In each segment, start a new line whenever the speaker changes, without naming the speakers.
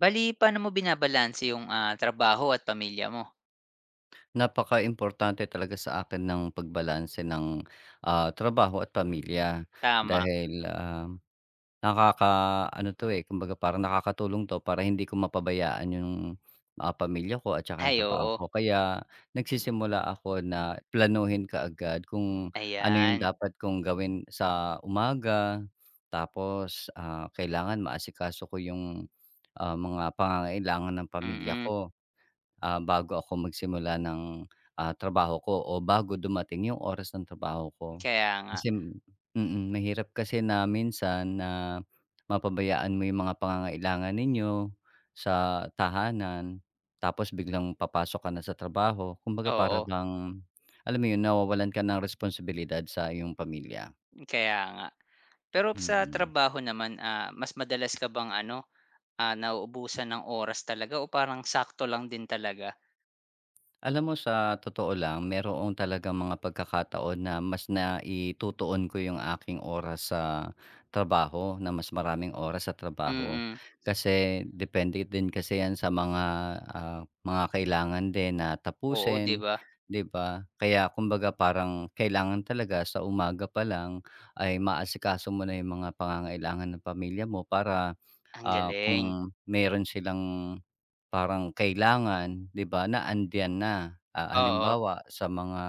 Bali paano mo binabalanse yung, trabaho at pamilya mo?
Napaka importante talaga sa akin ng pagbalanse ng, trabaho at pamilya.
Tama.
Dahil, nakaka ano 'to, eh, kumbaga parang nakakatulong 'to para hindi ko mapabayaan yung, pamilya ko at saka yung
Ay,
trabaho
oo.
ko. Kaya nagsisimula ako na planuhin kaagad kung ano yung
Ayan,
dapat kong gawin sa umaga. Tapos, kailangan maasikaso ko yung, mga pangangailangan ng pamilya
mm.
ko bago ako magsimula ng, trabaho ko o bago dumating yung oras ng trabaho ko.
Kaya nga,
Kasi mahirap kasi na minsan na mapabayaan mo yung mga pangangailangan ninyo sa tahanan, tapos biglang papasok ka na sa trabaho. Kumbaga para
oo,
bang, alam mo yun, nawawalan ka ng responsibilidad sa iyong pamilya.
kaya nga. Pero sa
Mm.
trabaho naman, mas madalas ka bang ano, nauubusan ng oras talaga o parang sakto lang din talaga?
Alam mo sa totoo lang, mayroon talagang mga pagkakataon na mas naitutuon ko yung aking oras sa trabaho, na mas maraming oras sa trabaho.
Mm,
Kasi depende din kasi yan sa mga mga kailangan din na
oo, 'di
tapusin,
ba?
'di ba? Kaya kumbaga parang kailangan talaga sa umaga pa lang ay maasikaso mo na yung mga pangangailangan ng pamilya mo para
Ang galing,
kung meron silang parang kailangan, 'di ba, na andiyan na. Ah,
oo.
halimbawa sa mga,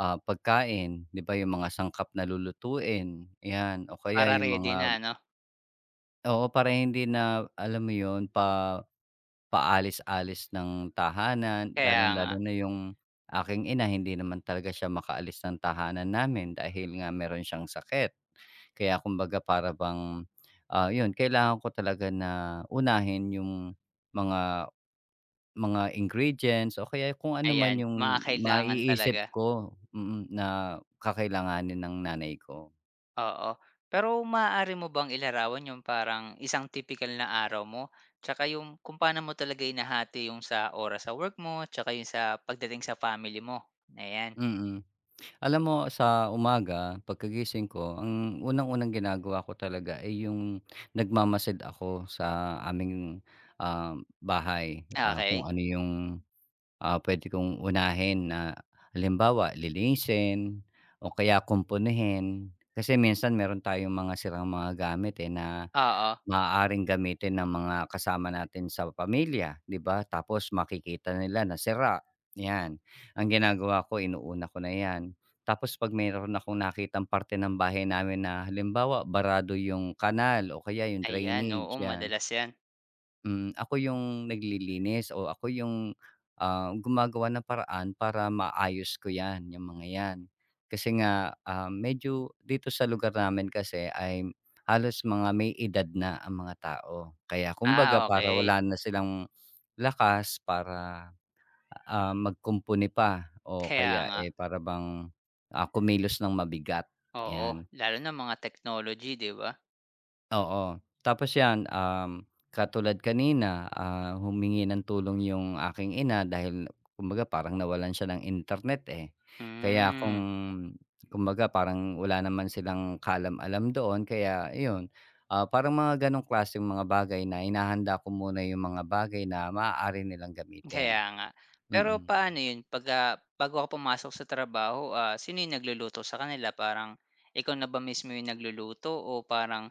pagkain, 'di ba, yung mga sangkap na lulutuin, 'yan o kaya
Para
yung
ready
mga
na 'no?
oo, para hindi na alam mo yun, paalis-alis ng tahanan,
Kaya nga,
lalong-lalo na yung aking ina hindi naman talaga siya makaalis ng tahanan namin dahil nga meron siyang sakit. Kaya kumbaga para bang, yun kailangan ko talaga na unahin yung mga mga ingredients o kaya kung ano man
ayan, mga
yung
kailangan talaga.
maiisip ko, na kakailanganin ng nanay ko.
Oo. Pero maaari mo bang ilarawan yung parang isang typical na araw mo? Tsaka yung kung paano mo talaga inahati yung sa oras sa work mo, tsaka yung sa pagdating sa family mo? Ayan.
Mm. Alam mo sa umaga pagkagising ko ang unang-unang ginagawa ko talaga ay yung nagmamasid ako sa aming, bahay, ah, kung
Okay.
ano yung, puwede kong unahin na halimbawa linisin o kaya kumpunihin. Kasi minsan meron tayong mga sirang mga gamit, eh, na
Oo.
maaaring gamitin ng mga kasama natin sa pamilya, 'di ba? Tapos makikita nila na sira, 'yan. Ang ginagawa ko inuuna ko na 'yan. Tapos 'pag meron akong nakitang parte ng bahay namin na halimbawa barado yung kanal o kaya yung
Ayan,
drainage,
oo,
'yan.
madalas 'yan.
Mm, ako yung naglilinis o ako yung, gumagawa ng paraan para maayos ko 'yan, yung mga 'yan. Kasi nga, medyo dito sa lugar namin kasi ay halos mga may edad na ang mga tao. Kaya kumbaga
Ah,
para
okay.
wala na silang lakas para magkumpuni pa o
Kaya
kaya,
nga.
eh, para bang, kumilos ng mabigat,
Oo,
'yan.
lalo na mga technology, 'di ba?
Oo, tapos 'yan, katulad kanina, ah, humingi ng tulong 'yung aking ina dahil kumbaga parang nawalan siya ng internet, eh. Kaya kung
Hmm.
kumbaga parang wala naman silang kalam alam doon kaya yun. Ah, parang mga gano'ng klaseng mga bagay na hinahanda ko muna 'yung mga bagay na maaari nilang gamitin.
Kaya nga. Pero
Mm.
paano 'yun 'pag, bago ka pumasok sa trabaho, sino 'yung nagluluto sa kanila? Parang ikaw na ba mismo 'yung nagluluto o parang,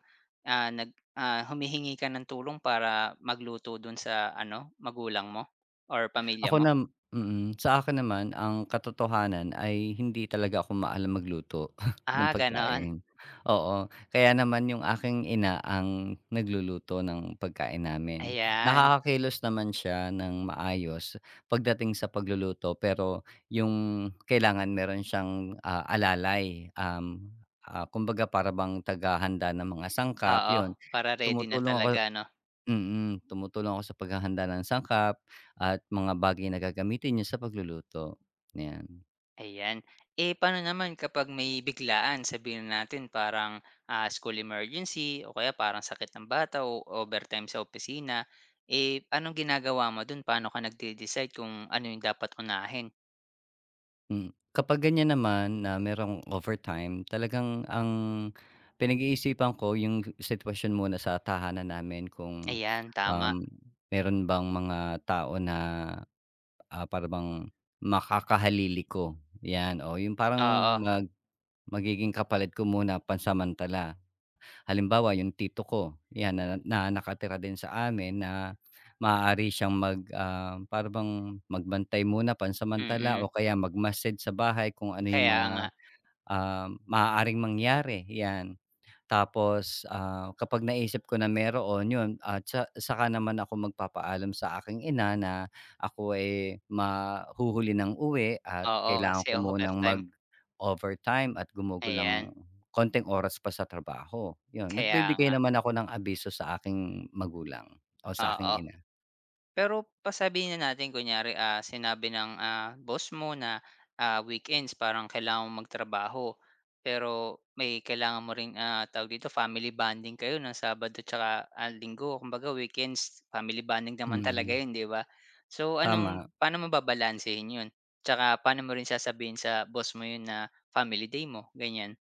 humihingi ka ng tulong para magluto dun sa ano, magulang mo or pamilya
Ako
mo?
nam mm. Sa akin naman ang katotohanan ay hindi talaga ako maalam magluto ng
Ah, gano'n.
pagkain, oo. Kaya naman yung aking ina ang nagluluto ng pagkain namin.
Ayan,
Nakakakilos naman siya ng maayos pagdating sa pagluluto pero yung kailangan meron siyang, alalay, ah, kumbaga para bang tagahanda ng mga sangkap,
oo,
yun.
para ready na
Tumutulong ako
talaga 'no?
Tumutulong ako sa paghahanda ng sangkap at mga bagay na gagamitin niya sa pagluluto, 'yan.
Ayan. Eh, paano naman kapag may biglaan, sabihin na natin parang, school emergency o kaya parang sakit ng bata o overtime sa opisina, eh, anong ginagawa mo dun? Paano ka nagde-decide kung ano yung dapat unahin?
Mm. Kapag ganiyan naman na merong overtime, talagang ang pinag-iisipan ko yung sitwasyon muna sa tahanan namin kung,
Ayan, tama.
um, meron bang mga tao na, para makakahalili ko, 'yan. O yung parang
Oo,
magiging kapalit ko muna pansamantala. Halimbawa yung tito ko, 'yan na na nakatira din sa amin na maaari siyang mag, para bang magbantay muna pansamantala
mm.
o kaya magmasid sa bahay kung ano yung
Kaya
mga,
nga.
maaaring mangyari, 'yan. Tapos, ah, kapag naisip ko na meron yun at sa saka naman ako magpapaalam sa aking ina na ako, ay mahuhuli ng uwi at
Oo,
kailangan ko
kasi
munang
overtime.
mag-overtime at gumugol ng
Ayan,
konting oras pa sa trabaho, yun.
kaya
Nagbibigay
nga.
naman ako ng abiso sa aking magulang o sa aking
Oo.
ina.
Pero pasabihin na natin kunyari, sinabi ng, boss mo na, weekends parang kailangan mong magtrabaho, pero may kailangan mo ring, tawag dito, family bonding kayo ng Sabado tsaka, Linggo. Kumbaga weekends family bonding naman talaga
Mm,
yun, 'di ba? So anong
tama.
paano mo babalansehin yun? Tsaka paano mo rin sasabihin sa boss mo yun na family day mo, ganyan?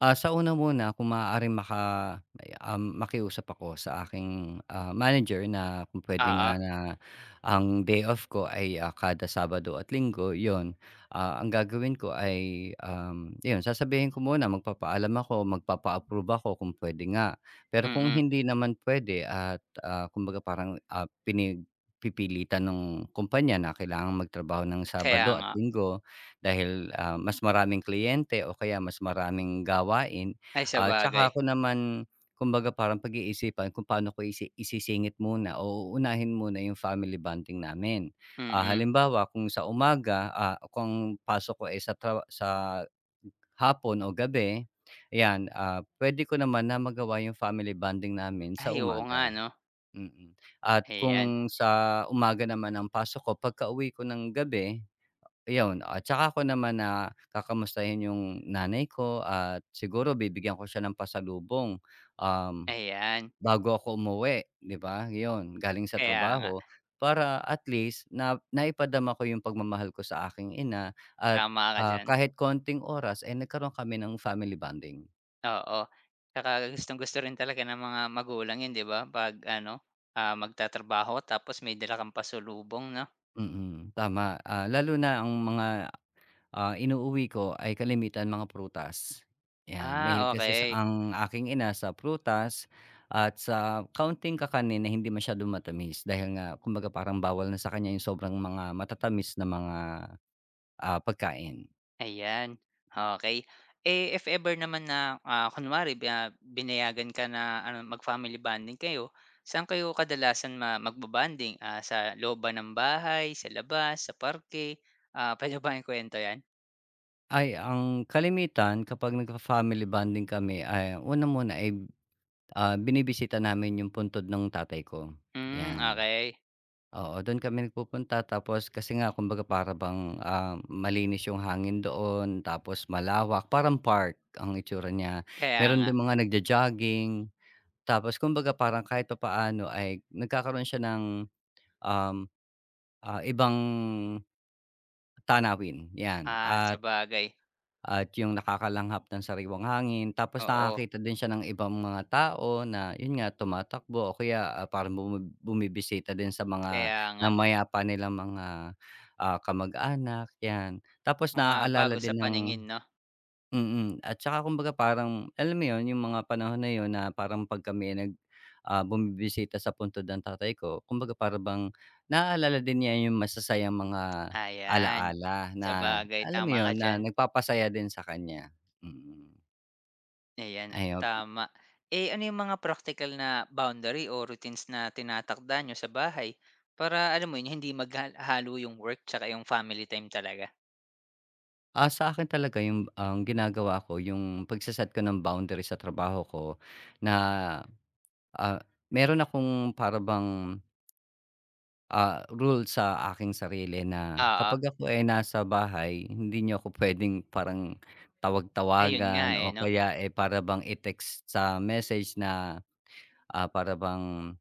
Ah, sa una muna kung maaaring maka may, makiusap ako sa aking, manager na kung puwede
Oo,
nga na ang day off ko ay, kada Sabado at Linggo, yon. Ah, ang gagawin ko ay, 'yun sasabihin ko muna magpapaalam ako, magpapa-approve ako kung puwede nga. Pero kung
mm.
hindi naman pwede at, kumbaga parang, pinagpipilitan nung kumpanya na kailangang magtrabaho ng
Kaya
Sabado at
nga.
Linggo, dahil, mas maraming kliyente o kaya mas maraming gawain
Ay
at
sabagay,
saka ko naman kumbaga parang pag-iisipan kung paano ko isisingit muna o uunahin muna yung family bonding namin. Ah,
mm.
halimbawa kung sa umaga, ah, kung pasok ko, eh, sa sa hapon o gabi, ayan, ah, puwede ko naman na magawa yung family bonding namin sa
Ay oo nga
umaga.
'no?
Mm. At
Ayan,
kung sa umaga naman ang pasok ko, pagkauwi ko ng gabi iyon, at saka ko naman na kakamustahin yung nanay ko at siguro bibigyan ko siya ng pasalubong, um,
ayan.
bago ako umuwi, 'di ba? Yun, galing sa
Kaya nga.
trabaho para at least na naipadama ko yung pagmamahal ko sa aking ina at,
Tama ka diyan,
kahit konting oras, ay eh, nagkaroon kami ng family bonding.
oo. Tsaka gustong-gusto rin talaga ng mga magulang 'yun 'di ba 'pag ano, magtatrabaho tapos may dala kang pasalubong 'no?
Tama, ah, lalo na ang mga ah, inuuwi ko ay kalimitan mga prutas, 'yan. Mahilig
Ah,
kasi sa
okey,
ang aking ina sa prutas at sa kaunting kakanin na hindi masyadong matamis dahil nga kumbaga parang bawal na sa kanya yung sobrang mga matatamis na mga, pagkain.
ayan, okey. Eh, if ever naman na, kunwari ba binayagan ka na ano mag-family bonding kayo, saan kayo kadalasan ma magbo-bonding, sa loob ba ng bahay, sa labas, sa parke? Ah, puwede mo bang ikuwento 'yan?
Ay, ang kalimitan kapag nagfa-family bonding kami ay una muna ay, binibisita namin yung puntod ng tatay ko,
Hmm,
'yan.
okey.
Oo, do'n kami nagpupunta tapos kasi nga kumbaga para bang, malinis yung hangin doon tapos malawak, parang park ang itsura niya.
Kaya
Meron
nga,
din mga nagjo-jogging, tapos kumbaga parang kahit papaano ay nagkakaroon siya ng, um, ibang tanawin, 'yan. At
sabagay,
at yung nakakalanghap ng sariwang hangin, tapos
oo,
nakakakita din siya ng ibang mga tao na yun nga tumatakbo o kaya, ah, parang bumibisita din sa mga
kaya nga.
namayapa nilang mga, kamag-anak, 'yan. Tapos
Mga
naaalala
bago sa
din ng
paningin 'no?
mm, at saka kumbaga parang alam mo 'yun, yung mga panahon na 'yun na parang 'pag kami nag, bumibisita sa puntod ng tatay ko, kumbaga para bang naaalala din niya yung masasayang mga
Ayan,
ala-ala na
sabagay
alam mo
tama ka
'yun, na
diyan,
nagpapasaya din sa kanya. Mm.
ayan,
Ayun,
tama. Eh, ano yung mga practical na boundary o routines na tinatakda niyo sa bahay para alam mo yun, hindi magha yung work tsaka yung family time talaga?
sa akin talaga yung ang ginagawa ko yung pagse ko ng boundary sa trabaho ko na, ah, meron akong para bang rule sa aking sarili na
Oo,
kapag ako ay nasa bahay, hindi niyo ako puwedeng parang
ayun nga,
tawag-tawagan
eh,
o
'no?
kaya, eh, para bang i-text sa message na, para bang,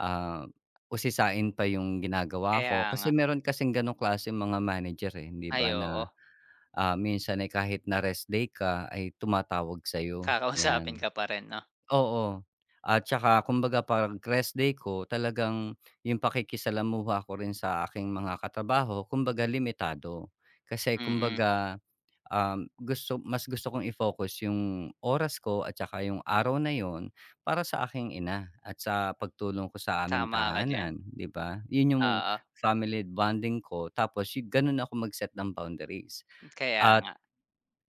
ah, husisain pa yung ginagawa
Kaya
ko.
nga.
Kasi meron kasing gano'ng klase mga manager, eh, hindi ba,
Ay, oo,
na, minsan ay kahit na rest day ka ay tumatawag sa'yo,
kakausapin
'yan.
ka pa rin 'no?
Oo, at saka kumbaga parang rest day ko talagang yung pakikisalamuha ko rin sa aking mga katrabaho kumbaga limitado. Kasi
Mm,
kumbaga, mas gusto kong i-focus yung oras ko at saka yung araw na yon para sa aking ina at sa pagtulong ko sa aming
tama ka diyan,
tahanan, 'di ba? Yun yung
oo,
family bonding ko tapos yu ganun ako mag-set ng boundaries.
kaya nga.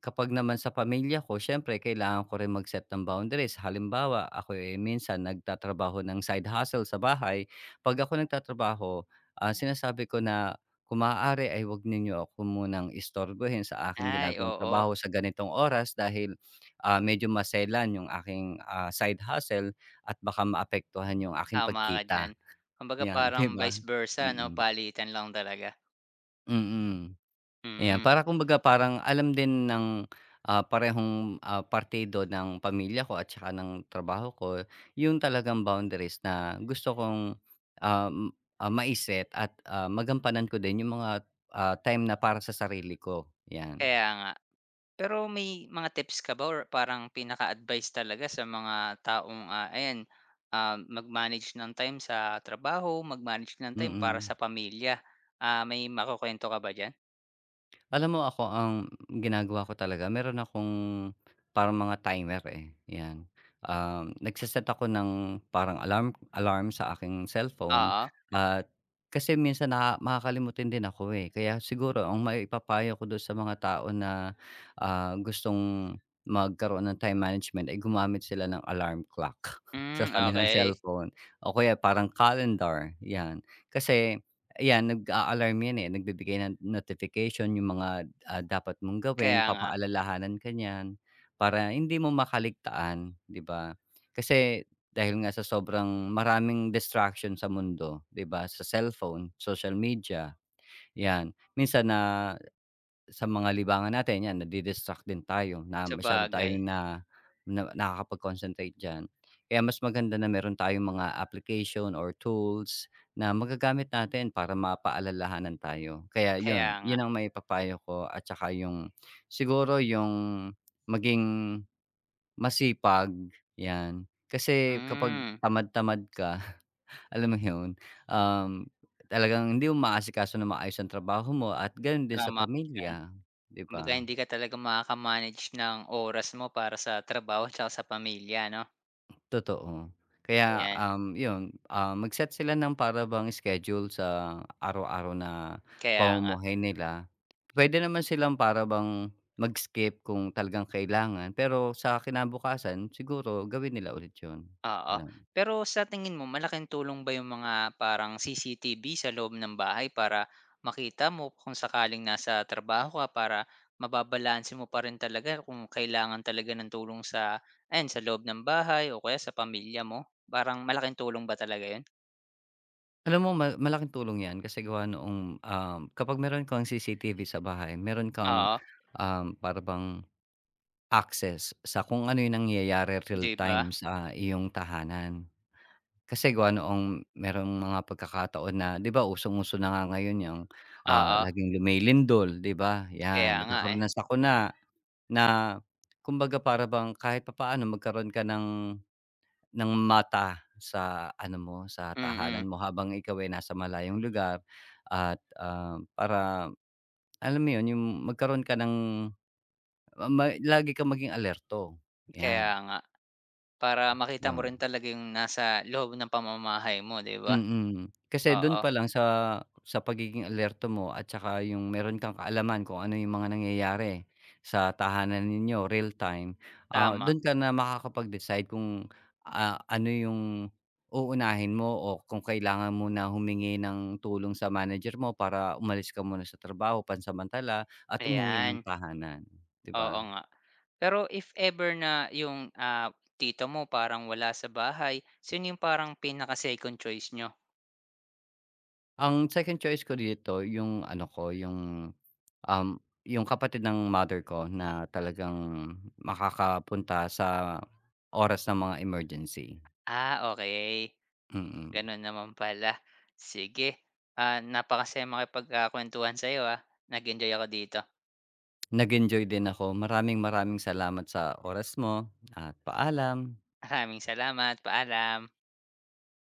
Kapag naman sa pamilya ko syempre kailangan ko rin mag-set ng boundaries. Halimbawa, ako, eh, minsan nagtatrabaho ng side hustle sa bahay. 'Pag ako nagtatrabaho, sinasabi ko na, "Kung maaari ay 'wag ninyo ako munang istorbohin sa aking
Ay,
ginagawang
oo,
trabaho sa ganitong oras dahil, medyo maselan 'yung aking, side hustle at baka maapektuhan 'yung aking
tama ka
pagkita."
diyan. Kumbaga
'Yan,
parang
'di ba?
vice versa 'no,
Mm,
palitan lang talaga,
mm. Ayan,
mm.
para kumbaga parang alam din ng, parehong, partido ng pamilya ko at saka ng trabaho ko yung talagang boundaries na gusto kong, um, mai at, magampanan ko din yung mga, time na para sa sarili ko, 'yan.
Kaya nga. Pero may mga tips ka ba or parang pinaka-advice talaga sa mga taong, ayan, mag-manage ng time sa trabaho, mag-manage ng time para
Mm.
sa pamilya? Ah, may makukuwento ka ba diyan?
Alam mo ako ang ginagawa ko talaga meron akong parang mga timer, eh, 'yan. Um, nagse ako ng parang alarm alarm sa aking cellphone
Oo.
at kasi minsan na makakalimutan din ako, eh. Kaya siguro ang maipapayo ko dun sa mga tao na, gustong magkaroon ng time management ay gumamit sila ng alarm clock sa
Hmm,
kanilang
okey.
cellphone o kaya parang calendar, 'yan. Kasi ayan, nag-a-alarm 'yan, eh, nagbibigay ng notification yung mga, dapat mong gawin,
Kaya nga,
papaalalahanan ka niyan para hindi mo makaligtaan, 'di ba? Kasi dahil nga sa sobrang maraming distraction sa mundo, 'di ba, sa cellphone, social media, 'yan. Minsan na sa mga libangan natin 'yan nadi-distract din tayo na masyado
sabagay.
tayong na na nakakapag-concentrate diyan. Kaya mas maganda na meron tayong mga application or tools na magagamit natin para mapaalalahanan tayo. Kaya
Kaya
'yun,
nga.
'yun ang may papayo ko at saka yung siguro yung maging masipag, 'yan. Kasi kapag
Hmm,
tamad-tamad ka alam mo yun? Um, Talagang hindi mo maasikaso nang maayos ang trabaho mo at gano'n din sa
tama ka diyan.
pamilya, 'di
Kumbaga
ba?
hindi ka talaga makaka-manage ng oras mo para sa trabaho tsaka sa pamilya 'no?
Totoo. Kaya,
Ayan,
yun, ah, mag-set sila ng para bang schedule sa araw-araw na
kaya nga.
pamumuhay nila. Puwede naman silang para bang mag-skip kung talagang kailangan, pero sa kinabukasan siguro gawin nila ulit yun,
Oo.
gano'n.
Pero sa tingin mo malaking tulong ba yung mga parang CCTV sa loob ng bahay para makita mo kung sakaling nasa trabaho ka para mababalanse mo pa rin talaga kung kailangan talaga ng tulong sa ayan, sa loob ng bahay o kaya sa pamilya mo? Parang malaking tulong ba talaga yun?
Alam mo malaking tulong 'yan kasi gawa noong, kapag meron kang CCTV sa bahay meron kang,
Oo,
para access sa kung ano yung nangyayari real
'di ba?
time sa iyong tahanan. Kasi gawa noong merong mga pagkakataon na 'di ba usong-uso na nga ngayon yang,
Oo,
laging lumilindol 'di ba?
kaya
'Yan
nga, eh.
nagkakaroon ng sakuna na kumbaga para bang kahit papaano magkaroon ka ng mata sa ano mo, sa
Mm,
tahanan mo habang ikaw ay nasa malayong lugar at, para alam mo 'yun, yung magkaroon ka ng lagi kang maging alerto, 'yan,
kaya nga. Para makita mo
'yun.
rin talaga yung nasa loob ng pamamahay mo, 'di ba?
Mm, kasi dun
Oo,
pa lang sa pagiging alerto mo at saka yung meron kang kaalaman kung ano yung mga nangyayari sa tahanan ninyo real time,
tama.
dun ka na makakapag-decide kung, ano yung uunahin mo o kung kailangan mo na humingi ng tulong sa manager mo para umalis ka muna sa trabaho pansamantala at umuwi
Ayan,
ng tahanan, 'di
oo
ba?
nga. Pero if ever na yung, tito mo parang wala sa bahay, sino yung parang pinaka-second choice nyo?
Ang second choice ko dito yung ano ko, yung yung kapatid ng mother ko na talagang makakapunta sa oras ng mga emergency.
Ah, okay.
Mm.
Gano'n naman pala. Sige, napakasaya makipag, kuwentuhan sa'yo, ah. Nag-enjoy ako dito.
Nag-enjoy din ako. Maraming maraming salamat sa oras mo at paalam.
Maraming salamat, paalam.